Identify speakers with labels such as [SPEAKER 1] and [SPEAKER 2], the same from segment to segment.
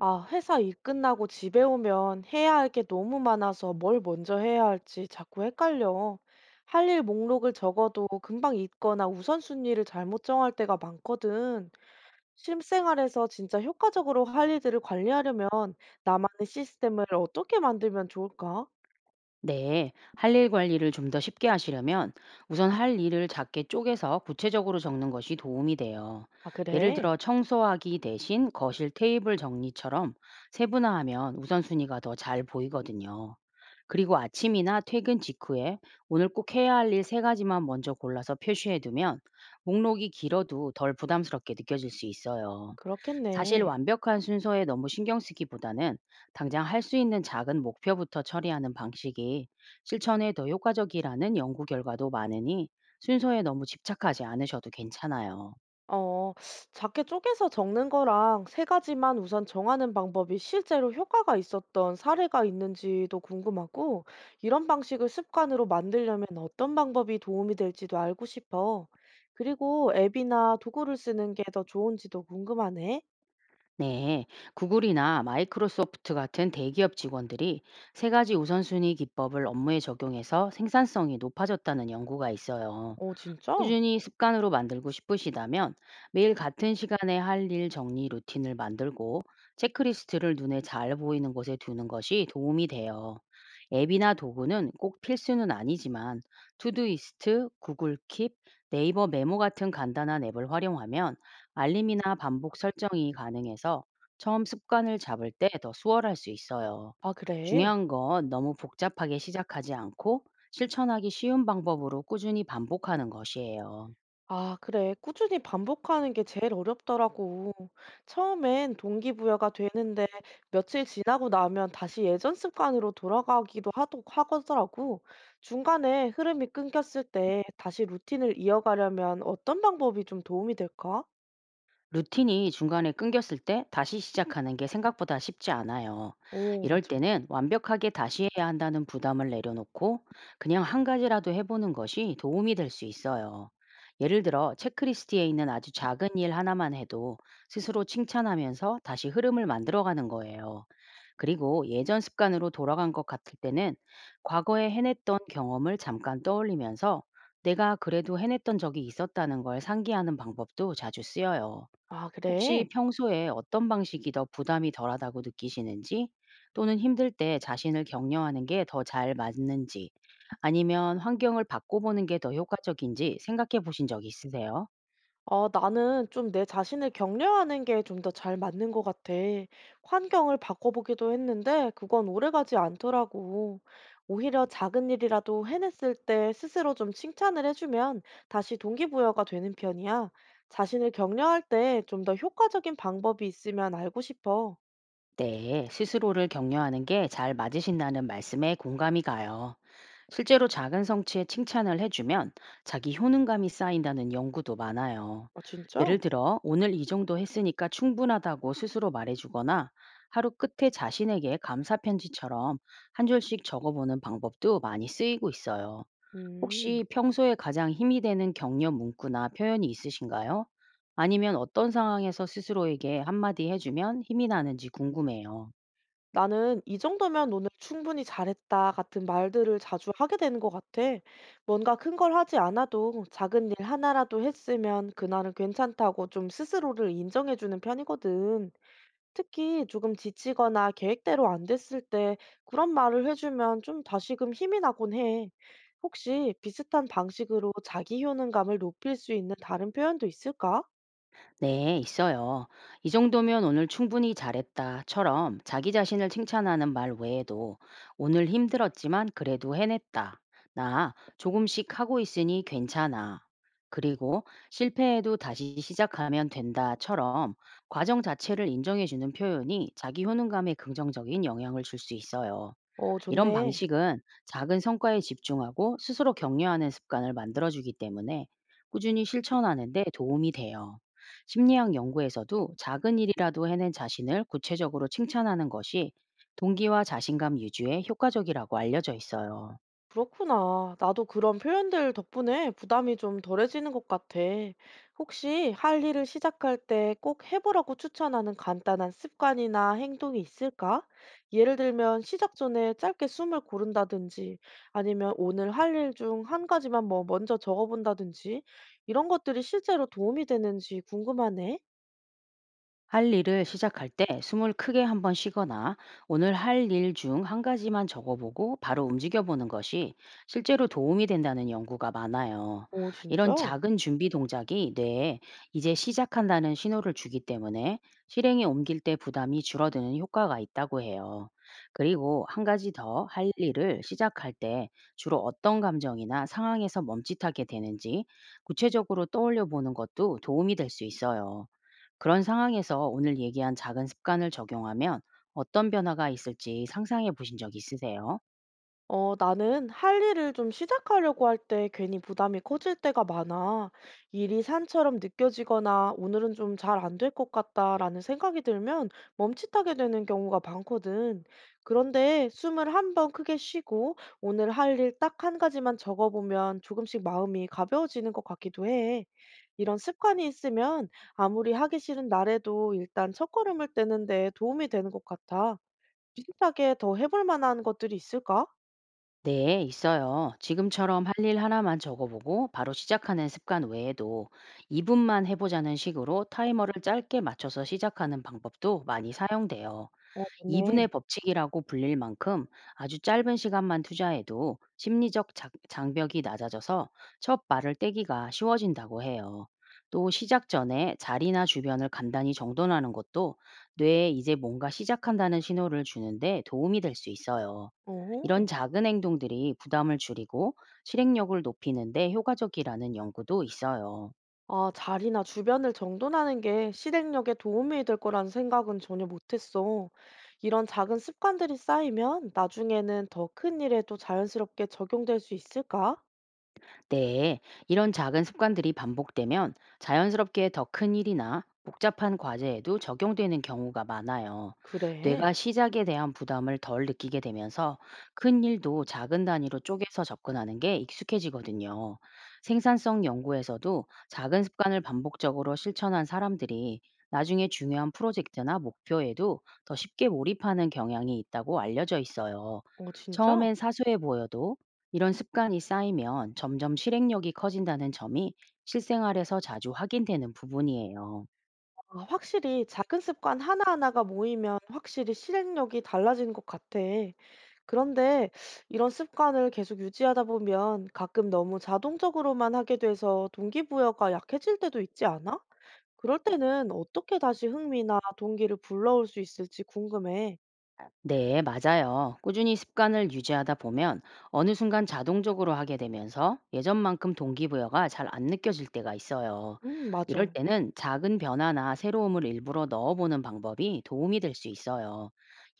[SPEAKER 1] 아, 회사 일 끝나고 집에 오면 해야 할 게 너무 많아서 뭘 먼저 해야 할지 자꾸 헷갈려. 할 일 목록을 적어도 금방 잊거나 우선순위를 잘못 정할 때가 많거든. 실생활에서 진짜 효과적으로 할 일들을 관리하려면 나만의 시스템을 어떻게 만들면 좋을까?
[SPEAKER 2] 네, 할 일 관리를 좀 더 쉽게 하시려면 우선 할 일을 작게 쪼개서 구체적으로 적는 것이 도움이 돼요.
[SPEAKER 1] 아,
[SPEAKER 2] 예를
[SPEAKER 1] 그래.
[SPEAKER 2] 들어 청소하기 대신 거실 테이블 정리처럼 세분화하면 우선순위가 더 잘 보이거든요. 그리고 아침이나 퇴근 직후에 오늘 꼭 해야 할 일 세 가지만 먼저 골라서 표시해 두면 목록이 길어도 덜 부담스럽게 느껴질 수 있어요. 사실
[SPEAKER 1] 그렇겠네.
[SPEAKER 2] 완벽한 순서에 너무 신경 쓰기보다는 당장 할 수 있는 작은 목표부터 처리하는 방식이 실천에 더 효과적이라는 연구 결과도 많으니, 순서에 너무 집착하지 않으셔도 괜찮아요.
[SPEAKER 1] 어, 작게 쪼개서 적는 거랑 세 가지만 우선 정하는 방법이 실제로 효과가 있었던 사례가 있는지도 궁금하고, 이런 방식을 습관으로 만들려면 어떤 방법이 도움이 될지도 알고 싶어. 그리고 앱이나 도구를 쓰는 게 더 좋은지도 궁금하네.
[SPEAKER 2] 네, 구글이나 마이크로소프트 같은 대기업 직원들이 세 가지 우선순위 기법을 업무에 적용해서 생산성이 높아졌다는 연구가 있어요.
[SPEAKER 1] 어, 진짜?
[SPEAKER 2] 꾸준히 습관으로 만들고 싶으시다면 매일 같은 시간에 할 일 정리 루틴을 만들고, 체크리스트를 눈에 잘 보이는 곳에 두는 것이 도움이 돼요. 앱이나 도구는 꼭 필수는 아니지만 투두이스트, 구글 킵, 네이버 메모 같은 간단한 앱을 활용하면 알림이나 반복 설정이 가능해서 처음 습관을 잡을 때 더 수월할 수 있어요.
[SPEAKER 1] 아, 그래.
[SPEAKER 2] 중요한 건 너무 복잡하게 시작하지 않고 실천하기 쉬운 방법으로 꾸준히 반복하는 것이에요.
[SPEAKER 1] 아, 그래. 꾸준히 반복하는 게 제일 어렵더라고. 처음엔 동기부여가 되는데 며칠 지나고 나면 다시 예전 습관으로 돌아가기도 하도 하더라고. 중간에 흐름이 끊겼을 때 다시 루틴을 이어가려면 어떤 방법이 좀 도움이 될까?
[SPEAKER 2] 루틴이 중간에 끊겼을 때 다시 시작하는 게 생각보다 쉽지 않아요.
[SPEAKER 1] 오,
[SPEAKER 2] 이럴
[SPEAKER 1] 맞아.
[SPEAKER 2] 때는 완벽하게 다시 해야 한다는 부담을 내려놓고 그냥 한 가지라도 해보는 것이 도움이 될 수 있어요. 예를 들어 체크리스트에 있는 아주 작은 일 하나만 해도 스스로 칭찬하면서 다시 흐름을 만들어가는 거예요. 그리고 예전 습관으로 돌아간 것 같을 때는 과거에 해냈던 경험을 잠깐 떠올리면서 내가 그래도 해냈던 적이 있었다는 걸 상기하는 방법도 자주 쓰여요.
[SPEAKER 1] 아,
[SPEAKER 2] 혹시
[SPEAKER 1] 그래?
[SPEAKER 2] 평소에 어떤 방식이 더 부담이 덜하다고 느끼시는지, 또는 힘들 때 자신을 격려하는 게 더 잘 맞는지, 아니면 환경을 바꿔보는 게 더 효과적인지 생각해 보신 적 있으세요?
[SPEAKER 1] 아, 나는 좀 내 자신을 격려하는 게 좀 더 잘 맞는 것 같아. 환경을 바꿔보기도 했는데 그건 오래가지 않더라고. 오히려 작은 일이라도 해냈을 때 스스로 좀 칭찬을 해주면 다시 동기부여가 되는 편이야. 자신을 격려할 때 좀 더 효과적인 방법이 있으면 알고 싶어.
[SPEAKER 2] 네, 스스로를 격려하는 게 잘 맞으신다는 말씀에 공감이 가요. 실제로 작은 성취에 칭찬을 해주면 자기 효능감이 쌓인다는 연구도 많아요.
[SPEAKER 1] 아,
[SPEAKER 2] 예를
[SPEAKER 1] 진짜?
[SPEAKER 2] 들어, 오늘 이 정도 했으니까 충분하다고 스스로 말해주거나, 하루 끝에 자신에게 감사 편지처럼 한 줄씩 적어보는 방법도 많이 쓰이고 있어요.
[SPEAKER 1] 음.
[SPEAKER 2] 혹시 평소에 가장 힘이 되는 격려 문구나 표현이 있으신가요? 아니면 어떤 상황에서 스스로에게 한마디 해주면 힘이 나는지 궁금해요.
[SPEAKER 1] 나는 "이 정도면 오늘 충분히 잘했다." 같은 말들을 자주 하게 되는 것 같아. 뭔가 큰 걸 하지 않아도 작은 일 하나라도 했으면 그날은 괜찮다고 좀 스스로를 인정해 주는 편이거든. 특히 조금 지치거나 계획대로 안 됐을 때 그런 말을 해 주면 좀 다시금 힘이 나곤 해. 혹시 비슷한 방식으로 자기 효능감을 높일 수 있는 다른 표현도 있을까?
[SPEAKER 2] 네, 있어요. 이 정도면 오늘 충분히 잘했다처럼 자기 자신을 칭찬하는 말 외에도, 오늘 힘들었지만 그래도 해냈다, 나 조금씩 하고 있으니 괜찮아, 그리고 실패해도 다시 시작하면 된다처럼 과정 자체를 인정해주는 표현이 자기 효능감에 긍정적인 영향을 줄 수 있어요.
[SPEAKER 1] 어,
[SPEAKER 2] 이런
[SPEAKER 1] 좋네.
[SPEAKER 2] 방식은 작은 성과에 집중하고 스스로 격려하는 습관을 만들어주기 때문에 꾸준히 실천하는데 도움이 돼요. 심리학 연구에서도 작은 일이라도 해낸 자신을 구체적으로 칭찬하는 것이 동기와 자신감 유지에 효과적이라고 알려져 있어요.
[SPEAKER 1] 그렇구나. 나도 그런 표현들 덕분에 부담이 좀 덜해지는 것 같아. 혹시 할 일을 시작할 때 꼭 해보라고 추천하는 간단한 습관이나 행동이 있을까? 예를 들면 시작 전에 짧게 숨을 고른다든지 아니면 오늘 할 일 중 한 가지만 뭐 먼저 적어본다든지 이런 것들이 실제로 도움이 되는지 궁금하네.
[SPEAKER 2] 할 일을 시작할 때 숨을 크게 한번 쉬거나, 오늘 할 일 중 한 가지만 적어보고 바로 움직여보는 것이 실제로 도움이 된다는 연구가 많아요.
[SPEAKER 1] 오, 진짜?
[SPEAKER 2] 이런 작은 준비 동작이 뇌에 이제 시작한다는 신호를 주기 때문에 실행에 옮길 때 부담이 줄어드는 효과가 있다고 해요. 그리고 한 가지 더, 할 일을 시작할 때 주로 어떤 감정이나 상황에서 멈칫하게 되는지 구체적으로 떠올려 보는 것도 도움이 될 수 있어요. 그런 상황에서 오늘 얘기한 작은 습관을 적용하면 어떤 변화가 있을지 상상해 보신 적 있으세요?
[SPEAKER 1] 어, 나는 할 일을 좀 시작하려고 할 때 괜히 부담이 커질 때가 많아. 일이 산처럼 느껴지거나 오늘은 좀 잘 안 될 것 같다라는 생각이 들면 멈칫하게 되는 경우가 많거든. 그런데 숨을 한번 크게 쉬고 오늘 할 일 딱 한 가지만 적어보면 조금씩 마음이 가벼워지는 것 같기도 해. 이런 습관이 있으면 아무리 하기 싫은 날에도 일단 첫걸음을 떼는 데 도움이 되는 것 같아. 비슷하게 더 해볼 만한 것들이 있을까?
[SPEAKER 2] 네, 있어요. 지금처럼 할 일 하나만 적어보고 바로 시작하는 습관 외에도, 2분만 해보자는 식으로 타이머를 짧게 맞춰서 시작하는 방법도 많이 사용돼요.
[SPEAKER 1] 네.
[SPEAKER 2] 2분의 법칙이라고 불릴 만큼 아주 짧은 시간만 투자해도 심리적 장벽이 낮아져서 첫 발을 떼기가 쉬워진다고 해요. 또 시작 전에 자리나 주변을 간단히 정돈하는 것도 뇌에 이제 뭔가 시작한다는 신호를 주는데 도움이 될 수 있어요. 이런
[SPEAKER 1] 어.
[SPEAKER 2] 작은 행동들이 부담을 줄이고 실행력을 높이는데 효과적이라는 연구도 있어요.
[SPEAKER 1] 아, 자리나 주변을 정돈하는 게 실행력에 도움이 될 거라는 생각은 전혀 못했어. 이런 작은 습관들이 쌓이면 나중에는 더 큰 일에도 자연스럽게 적용될 수 있을까?
[SPEAKER 2] 네, 이런 작은 습관들이 반복되면 자연스럽게 더 큰 일이나 복잡한 과제에도 적용되는 경우가 많아요.
[SPEAKER 1] 그래.
[SPEAKER 2] 뇌가 시작에 대한 부담을 덜 느끼게 되면서 큰 일도 작은 단위로 쪼개서 접근하는 게 익숙해지거든요. 생산성 연구에서도 작은 습관을 반복적으로 실천한 사람들이 나중에 중요한 프로젝트나 목표에도 더 쉽게 몰입하는 경향이 있다고 알려져 있어요.
[SPEAKER 1] 어, 진짜?
[SPEAKER 2] 처음엔 사소해 보여도 이런 습관이 쌓이면 점점 실행력이 커진다는 점이 실생활에서 자주 확인되는 부분이에요.
[SPEAKER 1] 아, 확실히 작은 습관 하나하나가 모이면 확실히 실행력이 달라지는 것 같아. 그런데 이런 습관을 계속 유지하다 보면 가끔 너무 자동적으로만 하게 돼서 동기부여가 약해질 때도 있지 않아? 그럴 때는 어떻게 다시 흥미나 동기를 불러올 수 있을지 궁금해.
[SPEAKER 2] 네, 맞아요. 꾸준히 습관을 유지하다 보면 어느 순간 자동적으로 하게 되면서 예전만큼 동기부여가 잘 안 느껴질 때가 있어요. 이럴
[SPEAKER 1] 맞아.
[SPEAKER 2] 때는 작은 변화나 새로움을 일부러 넣어보는 방법이 도움이 될 수 있어요.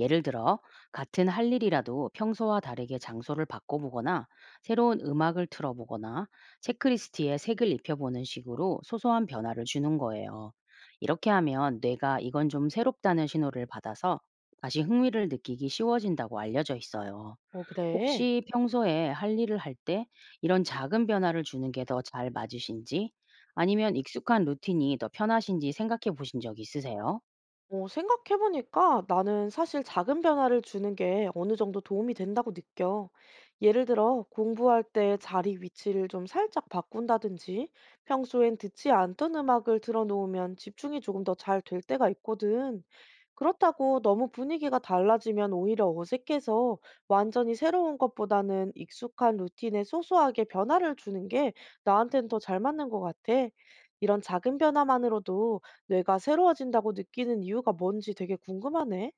[SPEAKER 2] 예를 들어, 같은 할 일이라도 평소와 다르게 장소를 바꿔보거나, 새로운 음악을 틀어보거나, 체크리스트에 색을 입혀보는 식으로 소소한 변화를 주는 거예요. 이렇게 하면 뇌가 이건 좀 새롭다는 신호를 받아서 다시 흥미를 느끼기 쉬워진다고 알려져 있어요.
[SPEAKER 1] 어, 그래.
[SPEAKER 2] 혹시 평소에 할 일을 할 때 이런 작은 변화를 주는 게 더 잘 맞으신지, 아니면 익숙한 루틴이 더 편하신지 생각해 보신 적 있으세요?
[SPEAKER 1] 어, 생각해보니까 나는 사실 작은 변화를 주는 게 어느 정도 도움이 된다고 느껴. 예를 들어, 공부할 때 자리 위치를 좀 살짝 바꾼다든지, 평소엔 듣지 않던 음악을 틀어놓으면 집중이 조금 더 잘 될 때가 있거든. 그렇다고 너무 분위기가 달라지면 오히려 어색해서 완전히 새로운 것보다는 익숙한 루틴에 소소하게 변화를 주는 게 나한텐 더 잘 맞는 것 같아. 이런 작은 변화만으로도 뇌가 새로워진다고 느끼는 이유가 뭔지 되게 궁금하네.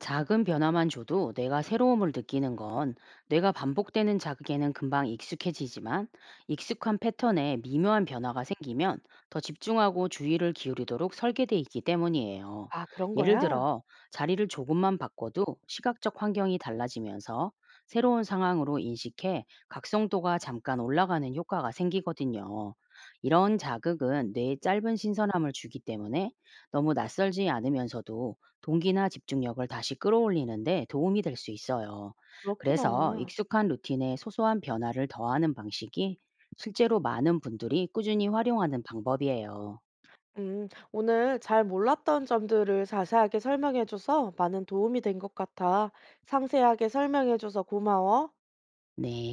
[SPEAKER 2] 작은 변화만 줘도 내가 새로움을 느끼는 건, 내가 반복되는 자극에는 금방 익숙해지지만 익숙한 패턴에 미묘한 변화가 생기면 더 집중하고 주의를 기울이도록 설계돼 있기 때문이에요.
[SPEAKER 1] 아, 그런
[SPEAKER 2] 예를
[SPEAKER 1] 거야?
[SPEAKER 2] 들어 자리를 조금만 바꿔도 시각적 환경이 달라지면서 새로운 상황으로 인식해 각성도가 잠깐 올라가는 효과가 생기거든요. 이런 자극은 뇌에 짧은 신선함을 주기 때문에 너무 낯설지 않으면서도 동기나 집중력을 다시 끌어올리는데 도움이 될 수 있어요. 그래서
[SPEAKER 1] 그렇구나.
[SPEAKER 2] 익숙한 루틴에 소소한 변화를 더하는 방식이 실제로 많은 분들이 꾸준히 활용하는 방법이에요.
[SPEAKER 1] 오늘 잘 몰랐던 점들을 자세하게 설명해줘서 많은 도움이 된 것 같아. 상세하게 설명해줘서 고마워.
[SPEAKER 2] 네.